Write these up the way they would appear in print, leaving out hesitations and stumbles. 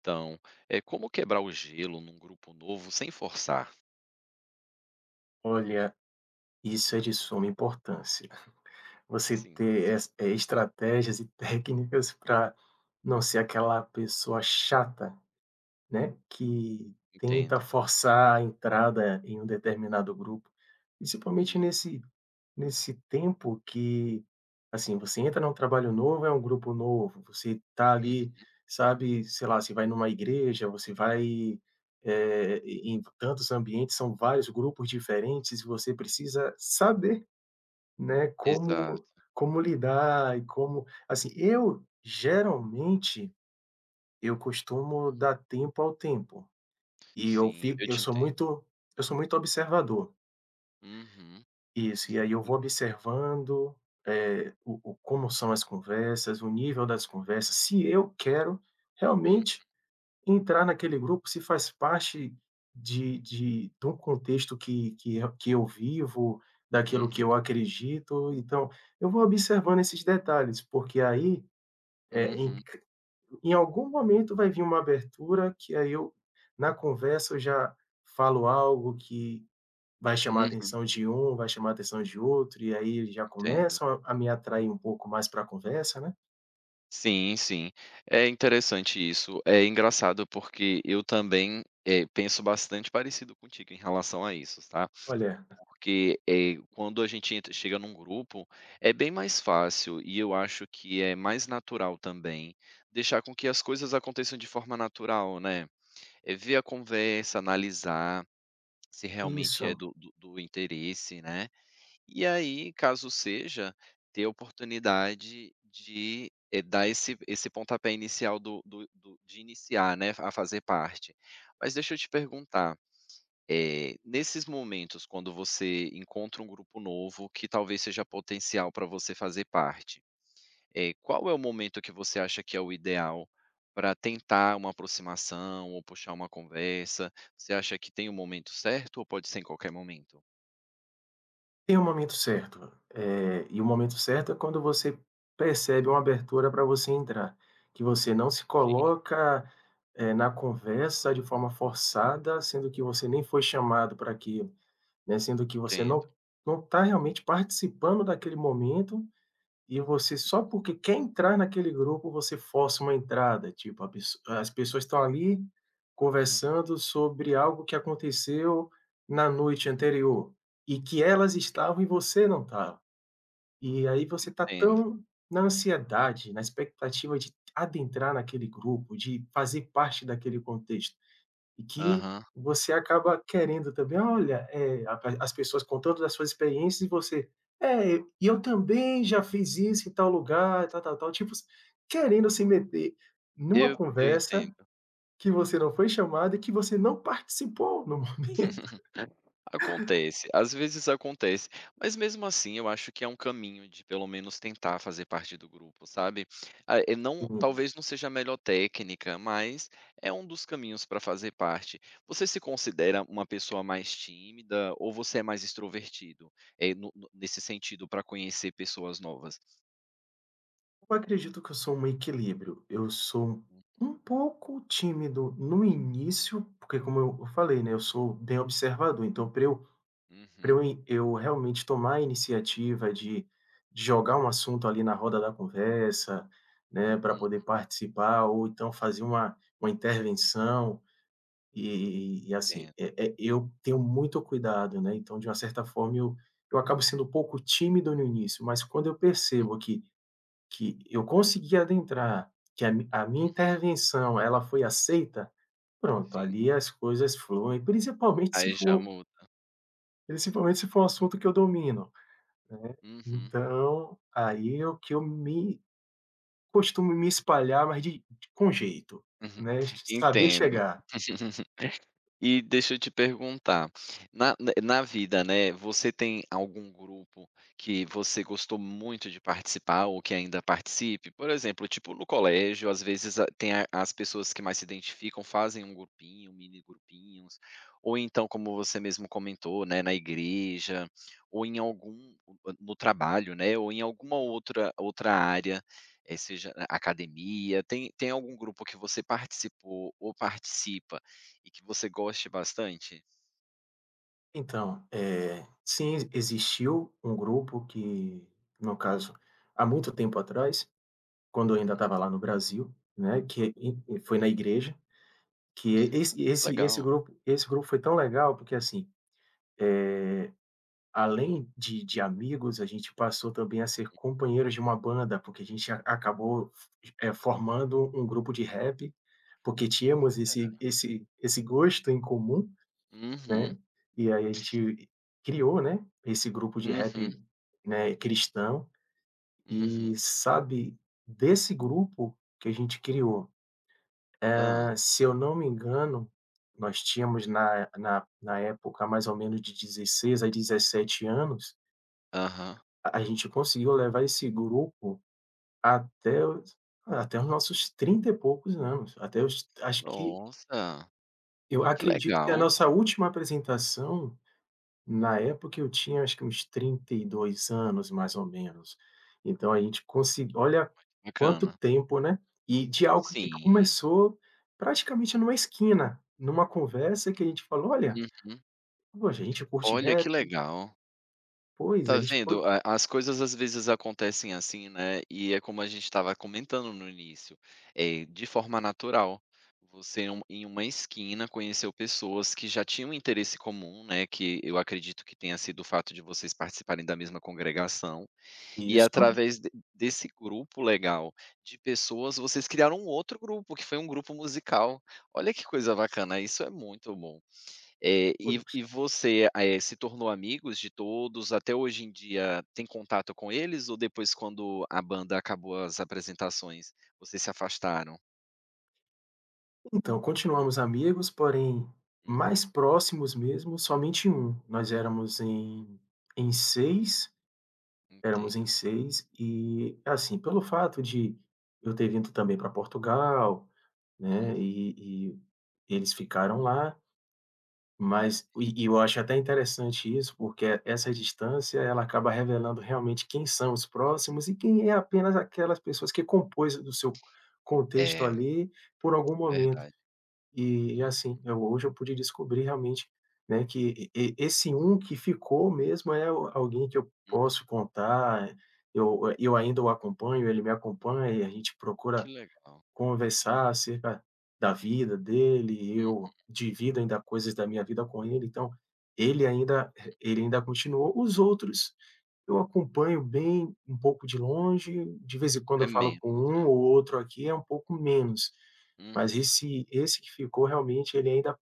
Então, é como quebrar o gelo num grupo novo sem forçar? Olha, isso é de suma importância. Você Sim, ter estratégias e técnicas para não ser aquela pessoa chata, né, que tenta entendo. forçar a entrada em um determinado grupo, Hum, principalmente nesse tempo que, assim, você entra num trabalho novo, é um grupo novo, você tá ali, uhum, sabe, sei lá, você vai numa igreja, você vai, em tantos ambientes, são vários grupos diferentes, e você precisa saber, né, como exato. como lidar e como assim, eu geralmente eu costumo dar tempo ao tempo. E eu Sim, fico eu te entendo. Eu sou muito observador. Uhum, Isso, e aí eu e vou observando, o como são as conversas, o nível das conversas, se eu quero hum, realmente entrar naquele grupo, se faz parte de um contexto que eu vivo, daquilo que eu uhum, acredito. Então, eu vou observando esses detalhes, porque aí, eh, em uhum, em algum momento vai vir uma abertura que aí eu, na conversa, eu já falo algo que vai chamar a uhum, atenção de um, vai chamar a atenção de outro, e aí eles já entendo. começam a me atrair um pouco mais para a conversa, né. Sim, sim. É interessante isso. É engraçado porque eu também, penso bastante parecido contigo em relação a isso, tá? Olha. Porque, quando a gente entra chega num grupo, é bem mais fácil e eu acho que é mais natural também, deixar com que as coisas aconteçam de forma natural, né. É ver a conversa, analisar se realmente é Isso. do interesse, né. E aí, caso seja, ter a oportunidade de, dar esse esse pontapé inicial do do do de iniciar, né, a fazer parte. Mas deixa eu te perguntar, nesses momentos, quando você encontra um grupo novo que talvez seja potencial para você fazer parte, qual é o momento que você acha que é o ideal para tentar uma aproximação ou puxar uma conversa? Você acha que tem o momento certo ou pode ser em qualquer momento? Tem um momento certo, e o momento certo é quando você percebe uma abertura para você entrar, que você não se Sim, coloca, na conversa de forma forçada, sendo que você nem foi chamado para aquilo, né, sendo que você entendo. não está realmente participando daquele momento. E você só porque quer entrar naquele grupo, você força uma entrada, tipo, a pesso as pessoas estão ali Uhum, conversando sobre algo que aconteceu na noite uhum, anterior, e que elas estavam e você não estava. E aí você está entendo. tão na ansiedade, na expectativa de adentrar naquele grupo, de fazer parte daquele contexto. E que Aham, você acaba querendo também, olha, a as pessoas contando das suas experiências e você: "É, e eu também já fiz isso em tal lugar, tal, tal, tal", tipo, querendo se meter numa eu conversa entendo. que você não foi chamado e que você não participou no momento. Acontece, às vezes acontece, mas mesmo assim eu acho que é um caminho de pelo menos tentar fazer parte do grupo, sabe. Ah, não, Sim. talvez não seja a melhor técnica, mas é um dos caminhos para fazer parte. Você se considera uma pessoa mais tímida ou você é mais extrovertido? É no nesse sentido para conhecer pessoas novas? Eu acredito que eu sou um equilíbrio. Eu sou Hum, um pouco tímido no início, porque como eu falei, né, eu sou bem observador, então para eu Pra eu in eu realmente tomar a iniciativa de jogar um assunto ali na roda da conversa, né, para uhum, poder participar ou então fazer uma intervenção e assim, entendo. Eu tenho muito cuidado, né, então de uma certa forma eu acabo sendo um pouco tímido no início, mas quando eu percebo que eu consegui adentrar, que a mi a minha Uhum, intervenção ela foi aceita, pronto, sim. ali as coisas fluem, Aí já muda. principalmente se for um assunto que eu domino. Uhum, Então, aí é o que eu me costumo me espalhar, mas de com jeito, uhum, né, saber entendo. chegar. E deixa eu te perguntar, na vida, né, você tem algum grupo que você gostou muito de participar ou que ainda participe? Por exemplo, tipo no colégio, às vezes a tem a as pessoas que mais se identificam fazem um grupinho, mini grupinhos, ou então como você mesmo comentou, né, na igreja, ou em algum, no trabalho, né, ou em alguma outra área, seja na academia, tem algum grupo que você participou ou participa, e que você goste bastante? Então, sim, existiu um grupo que, no caso, há muito tempo atrás, quando eu ainda Hum, estava lá no Brasil, né, que foi na hum, igreja, que esse que esse esse legal. grupo esse grupo foi tão legal, porque assim além de amigos, a gente passou também a ser companheiros de uma banda, porque a gente a acabou, formando um grupo de rap, porque tínhamos esse Olha. esse esse gosto em comum, né, Uhum, e aí a gente criou, né, esse grupo de uhum, rap, né, cristão. E, uhum. sabe, desse grupo que a gente criou, Hã, se eu não me engano, nós tínhamos na época mais ou menos de dezesseis a 17 anos. aham. A gente conseguiu levar esse grupo até os até os nossos 30 e poucos anos, até os acho que Nossa, eu que acredito que a legal, nossa última apresentação, na época eu tinha acho que uns 32 anos, mais ou menos. Então a gente consegui olha quanto bacana. tempo, né, e de algo que Sim, começou praticamente numa esquina, numa conversa que a gente falou: "Olha, uhum. poxa, a gente curte Olha, que rap". legal. Pois, Tá a gente co vendo? A As coisas às vezes acontecem assim, né, e é como a gente estava comentando no início, é de forma natural. Você em uma esquina conheceu pessoas que já tinham interesse comum, né, que eu acredito que tenha sido o fato de vocês participarem da mesma congregação, e isso. através de desse grupo legal de pessoas, vocês criaram um outro grupo, que foi um grupo musical. Olha que coisa bacana, isso é muito bom. E você, se tornou amigos de todos, até hoje em dia tem contato com eles ou depois quando a banda acabou as apresentações, vocês se afastaram? Então, continuamos amigos, porém Uhum, mais próximos mesmo, somente um. Nós éramos em 6, éramos em entendo. 6 e, assim, pelo fato de eu ter vindo também para Portugal, Uhum, né, e eles ficaram lá, mas entendo. Eu acho até interessante isso, porque essa distância ela acaba revelando realmente quem são os próximos e quem é apenas aquelas pessoas que compôs do seu contexto É, ali por algum momento. verdade. E Uhum, assim, eu hoje eu pude descobrir realmente, né, que esse um que ficou mesmo é o alguém que eu posso contar, eu ainda o acompanho, ele me acompanha e a gente que procura legal. conversar acerca da vida dele e Hum, eu divido ainda coisas da minha vida com ele, então ele ainda ele ainda continuou. Os outros, eu acompanho bem um pouco de longe, de vez em quando é eu falo com menos, um né. ou outro aqui, é um pouco menos, mas Uhum, esse que ficou realmente ele ainda,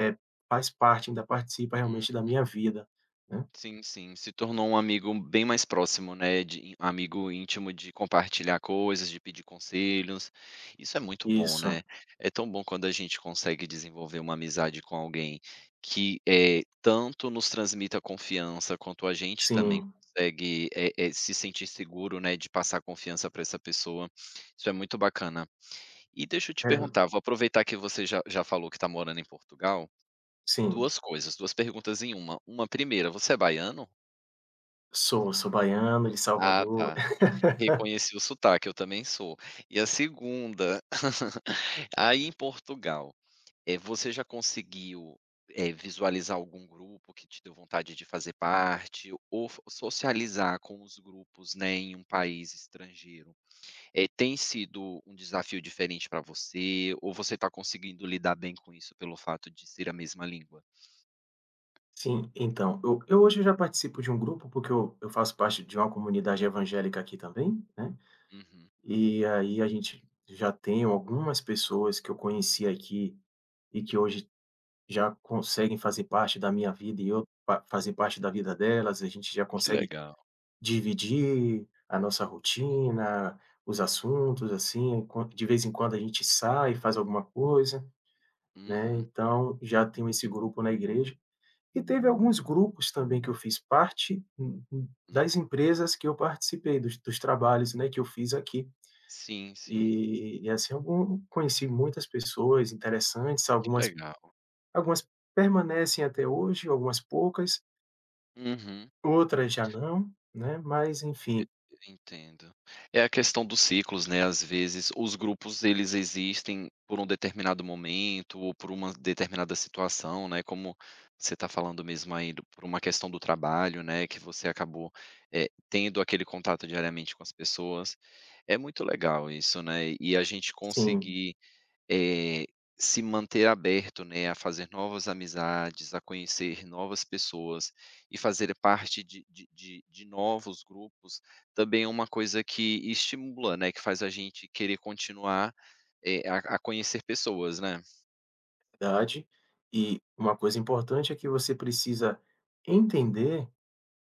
é faz parte, ainda participa hum. realmente da minha vida, né. Sim, sim, se tornou um amigo bem mais próximo, né, de amigo íntimo, de compartilhar coisas, de pedir conselhos, isso é muito bom, né. Isso, É tão bom quando a gente consegue desenvolver uma amizade com alguém que é tanto nos transmita confiança, quanto a gente também sim, consegue, se sentir seguro, né, de passar confiança para essa pessoa, isso é muito bacana. E deixa eu te é, perguntar, vou aproveitar que você já falou que está morando em Portugal. sim. 2 coisas, 2 perguntas em uma. Uma, primeira, você é baiano? Sou, sou baiano de Ah, Salvador. tá. Reconheci o sotaque, eu também sou. E a segunda, aí em Portugal, você já conseguiu, visualizar algum grupo que te deu vontade de fazer parte ou f socializar com os grupos, né, em um país estrangeiro, tem sido um desafio diferente para você ou você está conseguindo lidar bem com isso pelo fato de ser a mesma língua? Sim, então, eu hoje já participo de um grupo, porque eu faço parte de uma comunidade evangélica aqui também, né, Uhum. e aí a gente já tem algumas pessoas que eu conheci aqui e que hoje já conseguem fazer parte da minha vida e eu fa fazer parte da vida delas, a gente já Que consegue legal. dividir a nossa Uhum. rotina, os assuntos, assim, quan de vez em quando a gente sai, faz alguma coisa, né, Uhum. então já tenho esse grupo na igreja e teve alguns grupos também que eu fiz parte, Hum. das empresas que eu participei, dos trabalhos, né, que eu fiz aqui. Sim, sim. E assim, algum conheci muitas pessoas interessantes, Que algumas legal. algumas permanecem até hoje, algumas poucas, Uhum. outras já não, né, mas E enfim, entendo. É a questão dos ciclos, né, às vezes os grupos eles existem por um determinado momento ou por uma determinada situação, né, como você está falando mesmo aí, do por uma questão do trabalho, né, que você acabou, tendo aquele contato diariamente com as pessoas. É muito legal isso, né, e a gente sim, conseguir eh, se manter aberto, né, a fazer novas amizades, a conhecer novas pessoas e fazer parte de novos grupos, também é uma coisa que estimula, né, que faz a gente querer continuar, a conhecer pessoas, né. verdade. E uma coisa importante é que você precisa entender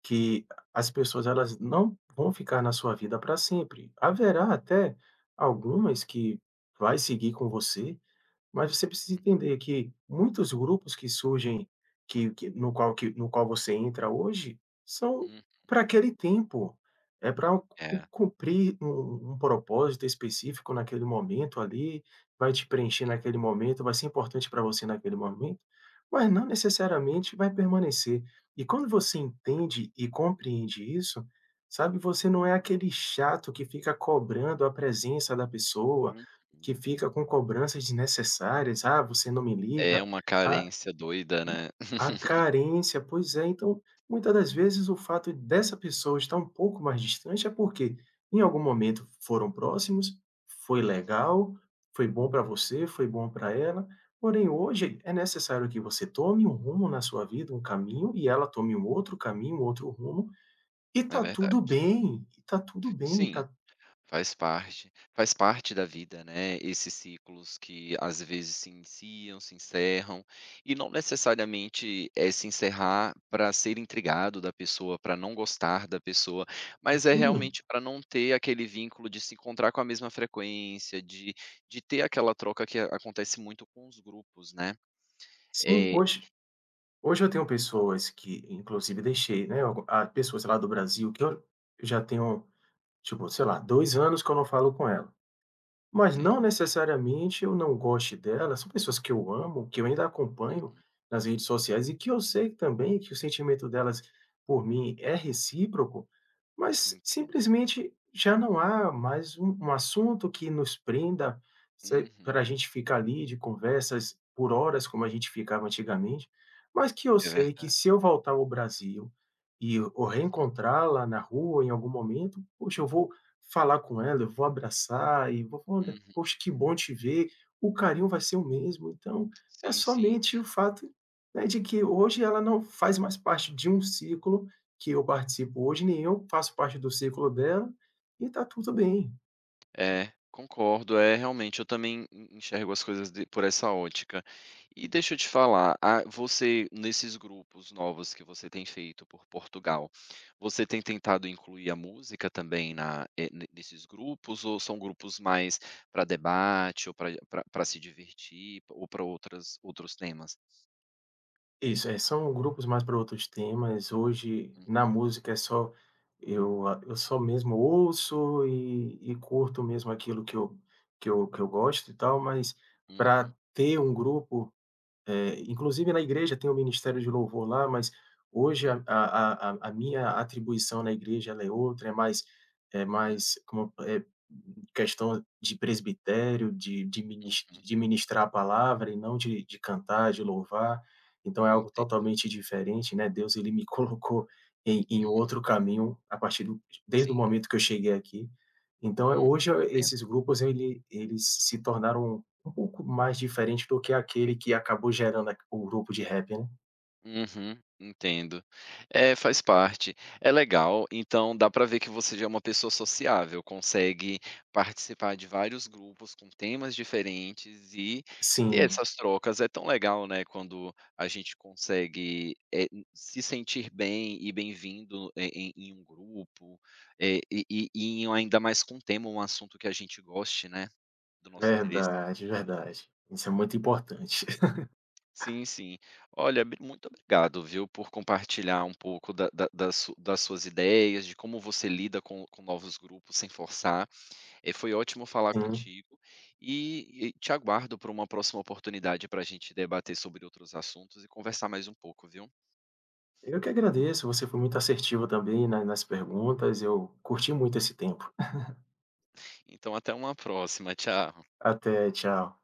que as pessoas elas não vão ficar na sua vida para sempre. Haverá até algumas que vai seguir com você, mas você precisa Uhum. entender que muitos grupos que surgem, que no qual você entra hoje, são Hum, para aquele tempo, é para é, cumprir um propósito específico naquele momento ali, vai te preencher sim. naquele momento, vai ser importante para você naquele momento, mas não necessariamente vai permanecer. E quando você entende e compreende isso, sabe, você não é aquele chato que fica cobrando a presença da pessoa, Uhum. que fica com cobranças desnecessárias, "Ah, você não me É liga", uma ah, carência doida, e né. a carência, pois é. Então, muitas das vezes o fato dessa pessoa estar um pouco mais distante é porque em algum momento foram próximos, foi Uhum, legal, foi bom para você, foi bom para ela, porém hoje é necessário que você tome um rumo na sua vida, um caminho, e ela tome um outro caminho, um outro rumo, e é tá tudo verdade. bem, Sim. tá Faz parte da vida, né, esses ciclos que às vezes se iniciam, se encerram, e não necessariamente é se encerrar para ser intrigado da pessoa, para não gostar da pessoa, mas é tudo bem. realmente para não ter aquele vínculo de se encontrar com a mesma frequência, de ter aquela troca que acontece muito com os grupos, né. Sim, É, hoje eu tenho pessoas que inclusive deixei, né, pessoas lá do Brasil que eu já tenho, tipo, sei lá, 2 anos que eu não falo com ela. Mas entendo. não necessariamente eu não goste dela, são pessoas que eu amo, que eu ainda acompanho Uhum, nas redes sociais e que eu sei também que o sentimento delas por mim é recíproco, mas entendo. simplesmente já não há mais um assunto que nos prenda, Uhum, para a gente ficar ali de conversas por horas como a gente ficava antigamente, mas que eu é sei que verdade. se eu voltar ao Brasil e ou reencontrá-la na rua em algum momento, poxa, eu vou falar com ela, eu vou abraçar e vou falar: "Olha, Uhum, poxa, que bom te ver", o carinho vai ser o mesmo. Então, é sim, sim. somente o fato, né, de que hoje ela não faz mais parte de um ciclo que eu participo hoje, nem eu faço parte do ciclo dela, e tá tudo bem. É, concordo. É, realmente, eu também en enxergo as coisas de por essa ótica. E deixa eu te falar, ah, você nesses grupos novos que você tem feito por Portugal, você tem tentado incluir a música também na, ne nesses grupos ou são grupos mais para debate ou para se divertir ou para outras outros temas? Isso, é são grupos mais para outros temas. Hoje, Hum, na música, é só eu só mesmo ouço e curto mesmo aquilo que eu gosto e tal, mas uhum, para ter um grupo é, inclusive na igreja tem o ministério de louvor lá, mas hoje uhum, a minha atribuição na igreja ela é outra, é mais como é questão de presbitério, de minis uhum, de ministrar a palavra e não de de cantar, de louvar, então é algo enten totalmente diferente, né, Deus ele me colocou em em hum, outro caminho a partir do desde o sim, momento que eu cheguei aqui. Então, uhum, hoje entendo. esses grupos eles se tornaram um pouco mais diferente do que aquele que acabou gerando a o grupo de rap, né. Uhum, entendo. É, faz parte. É legal, então dá para ver que você já é uma pessoa sociável, consegue participar de vários grupos com temas diferentes e ter Sim, essas trocas. É tão legal, né, quando a gente consegue, se sentir bem e bem-vindo em, em um grupo, eh, e, e ainda mais com um tema, um assunto que a gente goste, né, do nosso interesse. verdade, verdade. Isso é muito importante. Sim, sim. Olha, bri muito obrigado, viu, por compartilhar um pouco da su das suas ideias, de como você lida com novos grupos sem forçar. Foi ótimo falar Sim. contigo e te aguardo para uma próxima oportunidade para a gente debater sobre outros assuntos e conversar mais um pouco, viu. Eu que agradeço, você foi muito assertivo também na nas perguntas, eu curti muito esse tempo. Então, até uma próxima, tchau. Até, tchau.